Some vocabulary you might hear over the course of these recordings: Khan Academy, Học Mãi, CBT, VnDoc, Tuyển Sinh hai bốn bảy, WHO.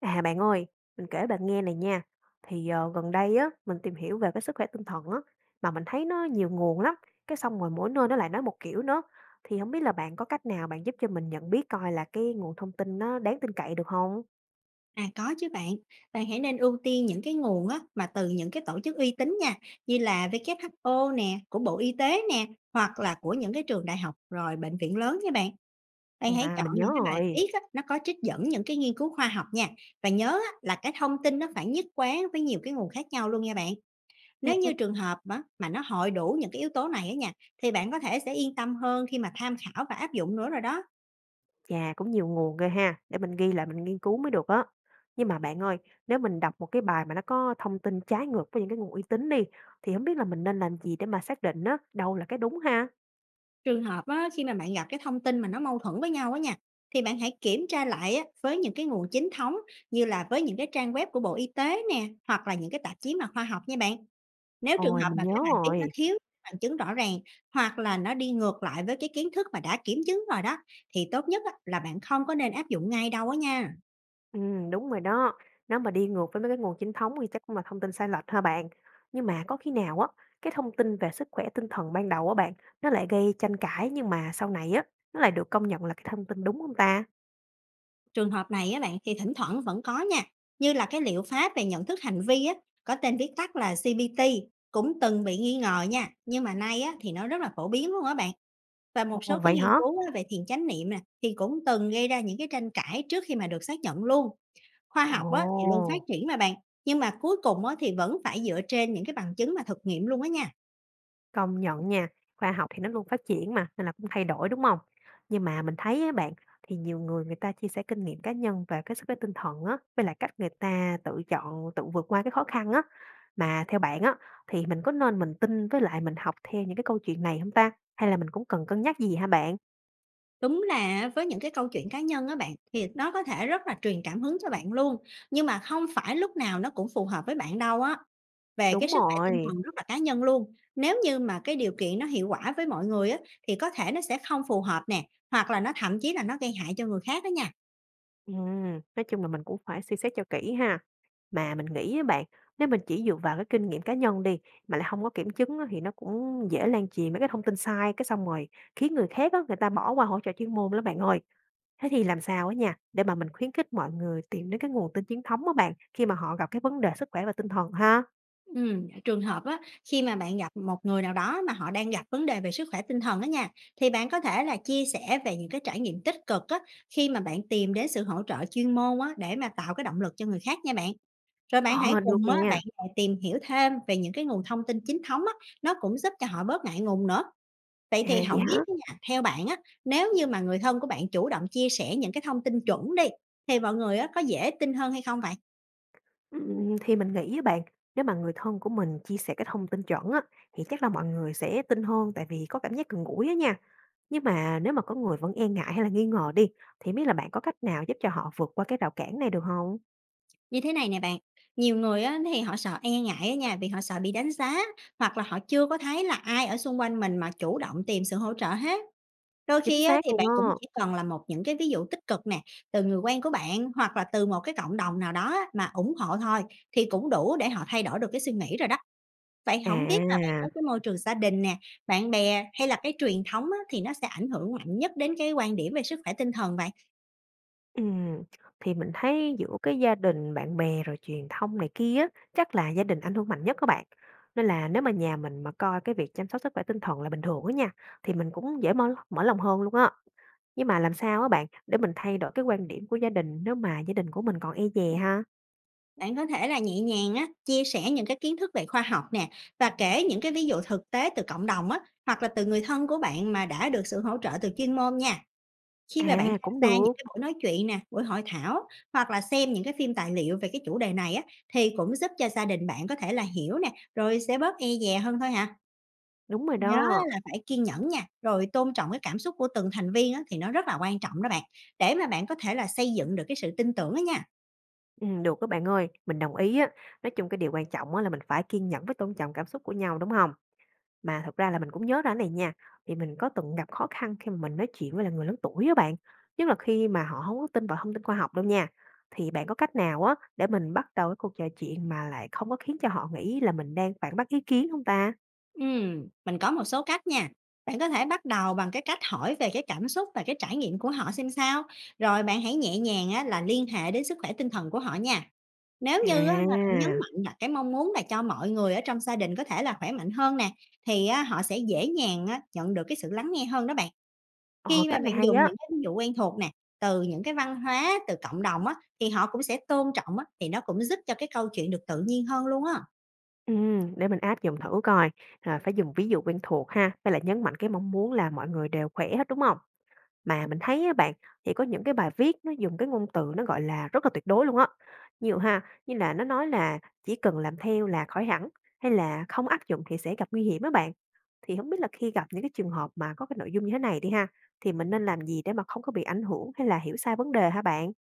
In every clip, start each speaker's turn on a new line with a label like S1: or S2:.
S1: À bạn ơi, mình kể bạn nghe này nha. Thì gần đây á, mình tìm hiểu về cái sức khỏe tinh thần á, mà mình thấy nó nhiều nguồn lắm. Cái xong rồi mỗi nơi nó lại nói một kiểu nữa. Thì không biết là bạn có cách nào bạn giúp cho mình nhận biết coi là cái nguồn thông tin nó đáng tin cậy được không?
S2: À, có chứ bạn. Bạn hãy nên ưu tiên những cái nguồn á, mà từ những cái tổ chức uy tín nha, như là WHO nè, của Bộ Y tế nè, hoặc là của những cái trường đại học rồi bệnh viện lớn nha bạn.
S1: Ừ.
S2: Bạn hãy
S1: À
S2: chọn
S1: mình nhớ
S2: những cái bài
S1: rồi.
S2: viết á, nó có trích dẫn những cái nghiên cứu khoa học nha. Và nhớ á, là cái thông tin nó phải nhất quán với nhiều cái nguồn khác nhau luôn nha bạn.
S1: Ừ,
S2: Nếu
S1: ừ.
S2: như trường hợp á, mà nó hội đủ những cái yếu tố này á nha, thì bạn có thể sẽ yên tâm hơn khi mà tham khảo và áp dụng nữa rồi đó.
S1: Chà, cũng nhiều nguồn ghê ha, để mình ghi lại mình nghiên cứu mới được á. Nhưng mà bạn ơi, nếu mình đọc một cái bài mà nó có thông tin trái ngược với những cái nguồn uy tín đi, thì không biết là mình nên làm gì để mà xác định á, đâu là cái đúng ha?
S2: Trường hợp á, khi mà bạn gặp cái thông tin mà nó mâu thuẫn với nhau á nha, thì bạn hãy kiểm tra lại á, với những cái nguồn chính thống như là với những cái trang web của Bộ Y tế nè, hoặc là những cái tạp chí mà khoa học nha bạn. Nếu trường
S1: Ôi
S2: hợp
S1: mình
S2: mà
S1: nhớ
S2: cái bài viết nó
S1: rồi.
S2: thiếu bằng chứng rõ ràng, hoặc là nó đi ngược lại với cái kiến thức mà đã kiểm chứng rồi đó, thì tốt nhất á, là bạn không có nên áp dụng ngay đâu á nha.
S1: Đúng rồi đó. Nếu mà đi ngược với mấy cái nguồn chính thống thì chắc cũng là thông tin sai lệch ha bạn. Nhưng mà có khi nào á, cái thông tin về sức khỏe tinh thần ban đầu á bạn, nó lại gây tranh cãi nhưng mà sau này á, nó lại được công nhận là cái thông tin đúng hông ta?
S2: Trường hợp này á bạn thì thỉnh thoảng vẫn có nha, như là cái liệu pháp về nhận thức hành vi á, có tên viết tắt là CBT, cũng từng bị nghi ngờ nha, nhưng mà nay á thì nó rất là phổ biến luôn á bạn. Và một
S1: Ồ,
S2: số cái
S1: vậy
S2: nghiên
S1: hả?
S2: cứu á, về thiền chánh niệm nè thì cũng từng gây ra những cái tranh cãi trước khi mà được xác nhận luôn. Khoa học á thì luôn
S1: Ồ!
S2: phát triển mà bạn, nhưng mà cuối cùng á thì vẫn phải dựa trên những cái bằng chứng mà thực nghiệm luôn á nha.
S1: Công nhận nha, khoa học thì nó luôn phát triển mà, nên là cũng thay đổi, đúng không? Nhưng mà mình thấy á bạn, thì nhiều người người ta chia sẻ kinh nghiệm cá nhân về cái sức khỏe tinh thần á, với lại cách người ta tự chọn, tự vượt qua cái khó khăn á. Mà theo bạn á, thì mình có nên mình tin với lại mình học theo những cái câu chuyện này không ta? Hay là mình cũng cần cân nhắc gì hả bạn?
S2: Đúng là với những cái câu chuyện cá nhân á bạn, thì nó có thể rất là truyền cảm hứng cho bạn luôn, nhưng mà không phải lúc nào nó cũng phù hợp với bạn đâu á. Về cái
S1: Đúng
S2: sức khỏe tinh
S1: rồi,
S2: thần rất là cá nhân luôn, nếu như mà cái điều kiện nó hiệu quả với mọi người á, thì có thể nó sẽ không phù hợp nè, hoặc là nó thậm chí là nó gây hại cho người khác đó nha.
S1: nói chung là mình cũng phải suy xét cho kỹ ha. Mà mình nghĩ á bạn, nếu mình chỉ dựa vào cái kinh nghiệm cá nhân đi, mà lại không có kiểm chứng á thì nó cũng dễ lan truyền mấy cái thông tin sai, cái xong rồi khiến người khác á, người ta bỏ qua hỗ trợ chuyên môn lắm bạn ơi. Thế thì làm sao á nha, để mà mình khuyến khích mọi người tìm đến cái nguồn tin chính thống á bạn, khi mà họ gặp cái vấn đề sức khỏe và tinh thần ha?
S2: Trường hợp á, khi mà bạn gặp một người nào đó mà họ đang gặp vấn đề về sức khỏe tinh thần đó nha, thì bạn có thể là chia sẻ về những cái trải nghiệm tích cực á, khi mà bạn tìm đến sự hỗ trợ chuyên môn á, để mà tạo cái động lực cho người khác nha bạn. Rồi bạn hãy
S1: Ờ, được
S2: cùng á, bạn
S1: nè.
S2: lại tìm hiểu thêm về những cái nguồn thông tin chính thống á, nó cũng giúp cho họ bớt ngại ngùng nữa. Vậy thì
S1: À, vậy
S2: không biết
S1: hả?
S2: á nha, theo bạn á, nếu như mà người thân của bạn chủ động chia sẻ những cái thông tin chuẩn đi, thì mọi người á, có dễ tin hơn hay không vậy?
S1: Ừm, thì mình nghĩ với bạn, nếu mà người thân của mình chia sẻ cái thông tin chuẩn á, thì chắc là mọi người sẽ tin hơn tại vì có cảm giác gần gũi á nha. Nhưng mà nếu mà có người vẫn e ngại hay là nghi ngờ đi, thì biết là bạn có cách nào giúp cho họ vượt qua cái rào cản này được không?
S2: Như thế này nè bạn, nhiều người á, thì họ sợ e ngại á nha, vì họ sợ bị đánh giá, hoặc là họ chưa có thấy là ai ở xung quanh mình mà chủ động tìm sự hỗ trợ hết. Đôi
S1: Chính
S2: khi á,
S1: xác
S2: thì
S1: luôn
S2: bạn
S1: á.
S2: cũng chỉ cần là một những cái ví dụ tích cực nè, từ người quen của bạn hoặc là từ một cái cộng đồng nào đó á, mà ủng hộ thôi, thì cũng đủ để họ thay đổi được cái suy nghĩ rồi đó. Vậy không biết là bạn
S1: À,
S2: thấy cái môi trường gia đình nè, bạn bè hay là cái truyền thống á, thì nó sẽ ảnh hưởng mạnh nhất đến cái quan điểm về sức khỏe tinh thần vậy?
S1: ừm, thì mình thấy giữa cái gia đình, bạn bè rồi truyền thông này kia á, chắc là gia đình ảnh hưởng mạnh nhất các bạn. Nên là nếu mà nhà mình mà coi cái việc chăm sóc sức khỏe tinh thần là bình thường á nha, thì mình cũng dễ mở mở lòng hơn luôn á. Nhưng mà làm sao á bạn để mình thay đổi cái quan điểm của gia đình nếu mà gia đình của mình còn e dè ha?
S2: Bạn có thể là nhẹ nhàng á, chia sẻ những cái kiến thức về khoa học nè, và kể những cái ví dụ thực tế từ cộng đồng á, hoặc là từ người thân của bạn mà đã được sự hỗ trợ từ chuyên môn nha. Khi mà bạn
S1: À,
S2: tham
S1: cũng
S2: gia những
S1: được,
S2: cái buổi nói chuyện nè, buổi hội thảo, hoặc là xem những cái phim tài liệu về cái chủ đề này á, thì cũng giúp cho gia đình bạn có thể là hiểu nè, rồi sẽ bớt e dè hơn thôi hả?
S1: đúng rồi
S2: Nhớ
S1: đó.
S2: là phải kiên nhẫn nha, rồi tôn trọng cái cảm xúc của từng thành viên á, thì nó rất là quan trọng đó bạn, để mà bạn có thể là xây dựng được cái sự tin tưởng đó nha.
S1: Được các bạn ơi, mình đồng ý á. Nói chung cái điều quan trọng á là mình phải kiên nhẫn với tôn trọng cảm xúc của nhau, đúng không? Mà thật ra là mình cũng nhớ ra cái này nha, thì mình có từng gặp khó khăn khi mà mình nói chuyện với là người lớn tuổi á bạn, nhất là khi mà họ không có tin vào thông tin khoa học đâu nha. Thì bạn có cách nào á để mình bắt đầu cái cuộc trò chuyện mà lại không có khiến cho họ nghĩ là mình đang phản bác ý kiến không ta?
S2: Mình có một số cách nha. Bạn có thể bắt đầu bằng cái cách hỏi về cái cảm xúc và cái trải nghiệm của họ xem sao. Rồi bạn hãy nhẹ nhàng á, là liên hệ đến sức khỏe tinh thần của họ nha. Nếu như á mà bạn nhấn
S1: À,
S2: mạnh là cái mong muốn là cho mọi người ở trong gia đình có thể là khỏe mạnh hơn nè, thì á họ sẽ dễ dàng á nhận được cái sự lắng nghe hơn đó bạn.
S1: ờ,
S2: Khi mà
S1: cách này
S2: bạn
S1: hay
S2: dùng
S1: á.
S2: những cái ví dụ quen thuộc nè, từ những cái văn hóa, từ cộng đồng á, thì họ cũng sẽ tôn trọng á, thì nó cũng giúp cho cái câu chuyện được tự nhiên hơn luôn á.
S1: Để mình áp dụng thử coi, là phải dùng ví dụ quen thuộc ha, hay là nhấn mạnh cái mong muốn là mọi người đều khỏe hết, đúng không? Mà mình thấy á bạn, thì có những cái bài viết nó dùng cái ngôn từ nó, gọi là, rất là tuyệt đối luôn á. Nhiều ha, như là nó nói là "Chỉ cần làm theo là khỏi hẳn" hay là "Không áp dụng thì sẽ gặp nguy hiểm" á bạn. Thì không biết là khi gặp những cái trường hợp mà có cái nội dung như thế này đi ha, thì mình nên làm gì để mà không có bị ảnh hưởng hay là hiểu sai vấn đề hả bạn?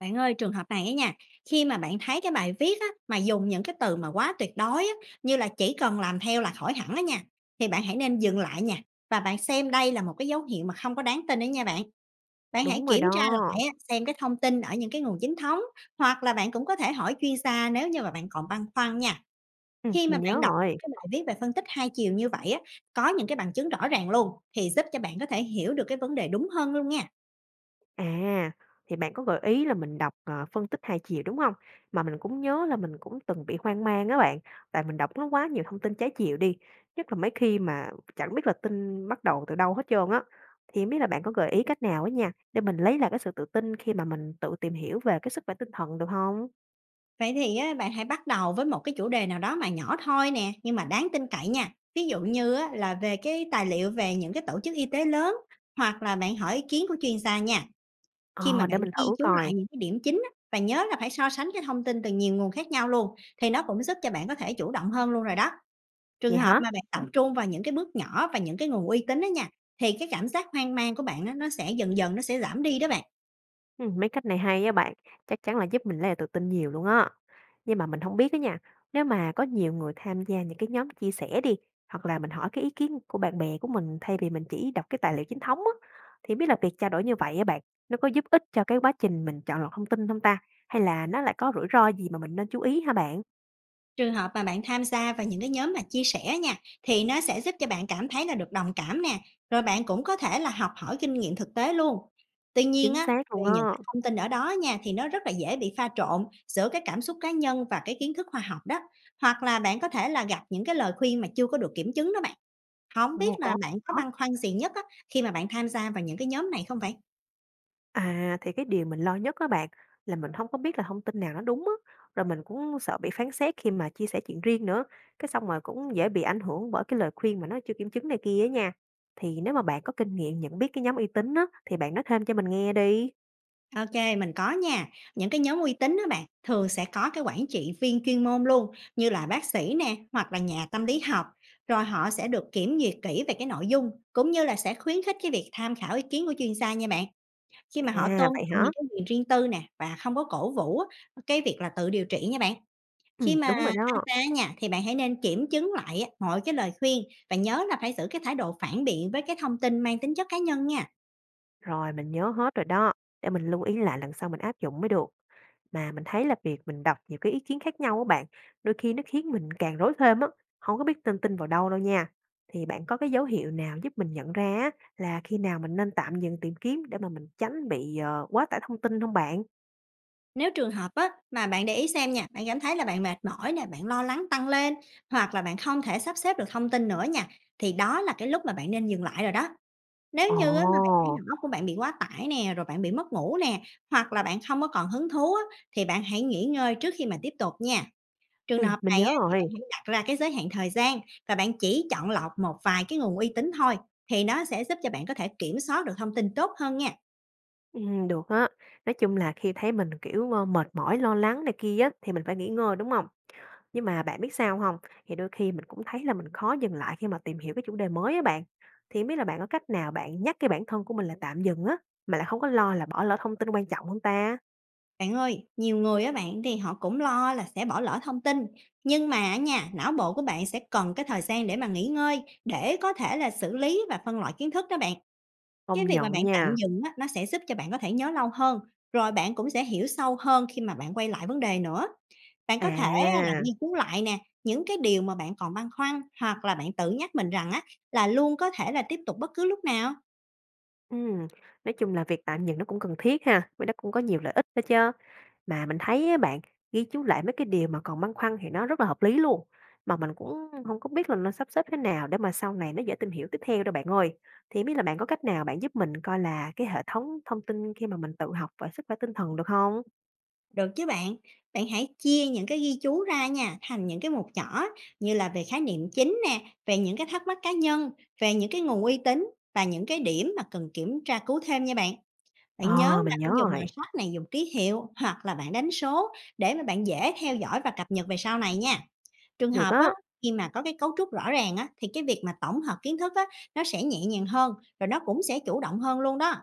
S2: Bạn ơi, trường hợp này á nha, khi mà bạn thấy cái bài viết á, mà dùng những cái từ mà quá tuyệt đối á, như là chỉ cần làm theo là khỏi hẳn á nha, thì bạn hãy nên dừng lại nha, và bạn xem đây là một cái dấu hiệu mà không có đáng tin đấy nha bạn. Bạn hãy
S1: Đúng rồi
S2: kiểm tra
S1: đó.
S2: lại á, xem cái thông tin ở những cái nguồn chính thống, hoặc là bạn cũng có thể hỏi chuyên gia nếu như mà bạn còn băn khoăn nha. Khi mà
S1: Mình
S2: bạn
S1: nhớ
S2: đọc
S1: rồi.
S2: những cái bài viết về phân tích hai chiều như vậy á, có những cái bằng chứng rõ ràng luôn, thì giúp cho bạn có thể hiểu được cái vấn đề đúng hơn luôn nha.
S1: À, thì bạn có gợi ý là mình đọc, phân tích hai chiều, đúng không? Mà mình cũng nhớ là mình cũng từng bị hoang mang á bạn, tại mình đọc nó quá nhiều thông tin trái chiều đi, nhất là mấy khi mà chẳng biết là tin bắt đầu từ đâu hết trơn á. Thì hông biết là bạn có gợi ý cách nào á nha, để mình lấy lại cái sự tự tin khi mà mình tự tìm hiểu về cái sức khỏe tinh thần được không?
S2: Vậy thì á, bạn hãy bắt đầu với một cái chủ đề nào đó mà nhỏ thôi nè, nhưng mà đáng tin cậy nha. Ví dụ như á, là về cái tài liệu về những cái tổ chức y tế lớn, hoặc là bạn hỏi ý kiến của chuyên gia nha. Khi mà
S1: Ờ,
S2: bạn
S1: để mình
S2: ghi
S1: thử
S2: chú lại
S1: coi.
S2: những cái điểm chính á, và nhớ là phải so sánh cái thông tin từ nhiều nguồn khác nhau luôn, thì nó cũng giúp cho bạn có thể chủ động hơn luôn rồi đó. Trường
S1: Vậy
S2: hợp
S1: hả?
S2: mà bạn tập trung vào những cái bước nhỏ và những cái nguồn uy tín đó nha, thì cái cảm giác hoang mang của bạn á, nó sẽ dần dần nó sẽ giảm đi đó bạn.
S1: Mấy cách này hay á bạn, chắc chắn là giúp mình lấy lại tự tin nhiều luôn á. Nhưng mà mình không biết á nha, nếu mà có nhiều người tham gia những cái nhóm chia sẻ đi, hoặc là mình hỏi cái ý kiến của bạn bè của mình thay vì mình chỉ đọc cái tài liệu chính thống á, thì biết là việc trao đổi như vậy á bạn, nó có giúp ích cho cái quá trình mình chọn lọc thông tin không ta? Hay là nó lại có rủi ro gì mà mình nên chú ý hả bạn?
S2: Trường hợp mà bạn tham gia vào những cái nhóm mà chia sẻ nha, thì nó sẽ giúp cho bạn cảm thấy là được đồng cảm nè, rồi bạn cũng có thể là học hỏi kinh nghiệm thực tế luôn. Tuy nhiên
S1: Chính
S2: á,
S1: xác
S2: về
S1: luôn
S2: những
S1: á.
S2: cái thông tin ở đó nha, thì nó rất là dễ bị pha trộn giữa cái cảm xúc cá nhân và cái kiến thức khoa học đó. Hoặc là bạn có thể là gặp những cái lời khuyên mà chưa có được kiểm chứng đó bạn. Không
S1: Ồ,
S2: biết là
S1: có.
S2: bạn có băn khoăn gì nhất á, khi mà bạn tham gia vào những cái nhóm này không vậy?
S1: À, thì cái điều mình lo nhất các bạn, là mình không có biết là thông tin nào nó đúng á, rồi mình cũng sợ bị phán xét khi mà chia sẻ chuyện riêng nữa, cái xong rồi cũng dễ bị ảnh hưởng bởi cái lời khuyên mà nó chưa kiểm chứng này kia á nha. Thì nếu mà bạn có kinh nghiệm nhận biết cái nhóm uy tín á, thì bạn nói thêm cho mình nghe đi.
S2: OK, mình có nha. Những cái nhóm uy tín đó bạn, thường sẽ có cái quản trị viên chuyên môn luôn, như là bác sĩ nè, hoặc là nhà tâm lý học, rồi họ sẽ được kiểm duyệt kỹ về cái nội dung, cũng như là sẽ khuyến khích cái việc tham khảo ý kiến của chuyên gia nha bạn. Khi mà họ
S1: À,
S2: tôn
S1: vậy
S2: trọng
S1: hả?
S2: những cái quyền riêng tư nè, và không có cổ vũ á, cái việc là tự điều trị nha bạn. Khi mà
S1: Đúng rồi
S2: tham
S1: đó.
S2: gia nha, thì bạn hãy nên kiểm chứng lại á, mọi cái lời khuyên, và nhớ là phải giữ cái thái độ phản biện với cái thông tin mang tính chất cá nhân nha.
S1: Rồi, mình nhớ hết rồi đó, để mình lưu ý lại lần sau mình áp dụng mới được. Mà mình thấy là việc mình đọc nhiều cái ý kiến khác nhau á bạn, đôi khi nó khiến mình càng rối thêm á, không có biết nên tin vào đâu đâu nha. Thì bạn có cái dấu hiệu nào giúp mình nhận ra á là khi nào mình nên tạm dừng tìm kiếm để mà mình tránh bị, quá tải thông tin không bạn?
S2: Nếu trường hợp á, mà bạn để ý xem nha, bạn cảm thấy là bạn mệt mỏi nè, bạn lo lắng tăng lên, hoặc là bạn không thể sắp xếp được thông tin nữa nha, thì đó là cái lúc mà bạn nên dừng lại rồi đó. Nếu
S1: Ồ!
S2: như á, mà bạn thấy đầu óc của bạn bị quá tải nè, rồi bạn bị mất ngủ nè, hoặc là bạn không có còn hứng thú á, thì bạn hãy nghỉ ngơi trước khi mà tiếp tục nha. Trường hợp
S1: Mình
S2: này
S1: nhớ
S2: á, thì
S1: rồi.
S2: bạn hãy đặt ra cái giới hạn thời gian và bạn chỉ chọn lọc một vài cái nguồn uy tín thôi, thì nó sẽ giúp cho bạn có thể kiểm soát được thông tin tốt hơn nha.
S1: Được á. Nói chung là khi thấy mình, kiểu, mệt mỏi, lo lắng này kia á thì mình phải nghỉ ngơi, đúng không? Nhưng mà bạn biết sao không? Thì đôi khi mình cũng thấy là mình khó dừng lại khi mà tìm hiểu cái chủ đề mới á bạn. Thì hông biết là bạn có cách nào bạn nhắc cái bản thân của mình là tạm dừng á, mà lại không có lo là bỏ lỡ thông tin quan trọng hông ta?
S2: Bạn ơi, nhiều người á bạn thì họ cũng lo là sẽ bỏ lỡ thông tin, nhưng mà á nha, não bộ của bạn sẽ cần cái thời gian để mà nghỉ ngơi, để có thể là xử lý và phân loại kiến thức đó bạn. Cái
S1: Công
S2: việc mà bạn
S1: nhận
S2: tạm
S1: nha.
S2: dừng á, nó sẽ giúp cho bạn có thể nhớ lâu hơn, rồi bạn cũng sẽ hiểu sâu hơn khi mà bạn quay lại vấn đề nữa. Bạn có thể á là
S1: À,
S2: nghiên cứu lại nè, những cái điều mà bạn còn băn khoăn, hoặc là bạn tự nhắc mình rằng á là luôn có thể là tiếp tục bất cứ lúc nào.
S1: ừm, nói chung là việc tạm dừng nó cũng cần thiết ha, với nó cũng có nhiều lợi ích đó chớ. Mà mình thấy á bạn, ghi chú lại mấy cái điều mà còn băn khoăn thì nó rất là hợp lý luôn, mà mình cũng không có biết là nó sắp xếp thế nào để mà sau này nó dễ tìm hiểu tiếp theo đâu bạn ơi. Thì hông biết là bạn có cách nào bạn giúp mình coi là cái hệ thống thông tin khi mà mình tự học về sức khỏe tinh thần được không?
S2: Được chứ bạn, bạn hãy chia những cái ghi chú ra nha, thành những cái mục nhỏ như là về khái niệm chính nè, về những cái thắc mắc cá nhân, về những cái nguồn uy tín và những cái điểm mà cần kiểm tra cứu thêm nha bạn. Bạn nhớ
S1: Ờ,
S2: là
S1: mình nhớ
S2: phải dùng màu
S1: rồi,
S2: sắc này, dùng ký hiệu hoặc là bạn đánh số để mà bạn dễ theo dõi và cập nhật về sau này nha. Trường
S1: được
S2: hợp á,
S1: á.
S2: khi mà có cái cấu trúc rõ ràng á, thì cái việc mà tổng hợp kiến thức á, nó sẽ nhẹ nhàng hơn, rồi nó cũng sẽ chủ động hơn luôn đó.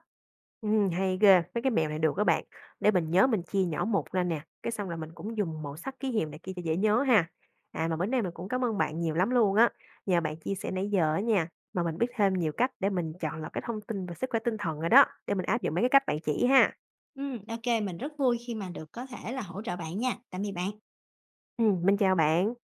S1: Hay ghê, mấy cái mẹo này được các bạn. Để mình nhớ mình chia nhỏ một ra nè, cái xong là mình cũng dùng màu sắc ký hiệu này kia cho dễ nhớ ha. À, mà bữa nay mình cũng cảm ơn bạn nhiều lắm luôn á. Nhờ bạn chia sẻ nãy giờ á nha, mà mình biết thêm nhiều cách để mình chọn lọc cái thông tin về sức khỏe tinh thần rồi đó, để mình áp dụng mấy cái cách bạn chỉ ha.
S2: Ừ, OK, mình rất vui khi mà được có thể là hỗ trợ bạn nha. Tạm biệt bạn.
S1: Mình chào bạn.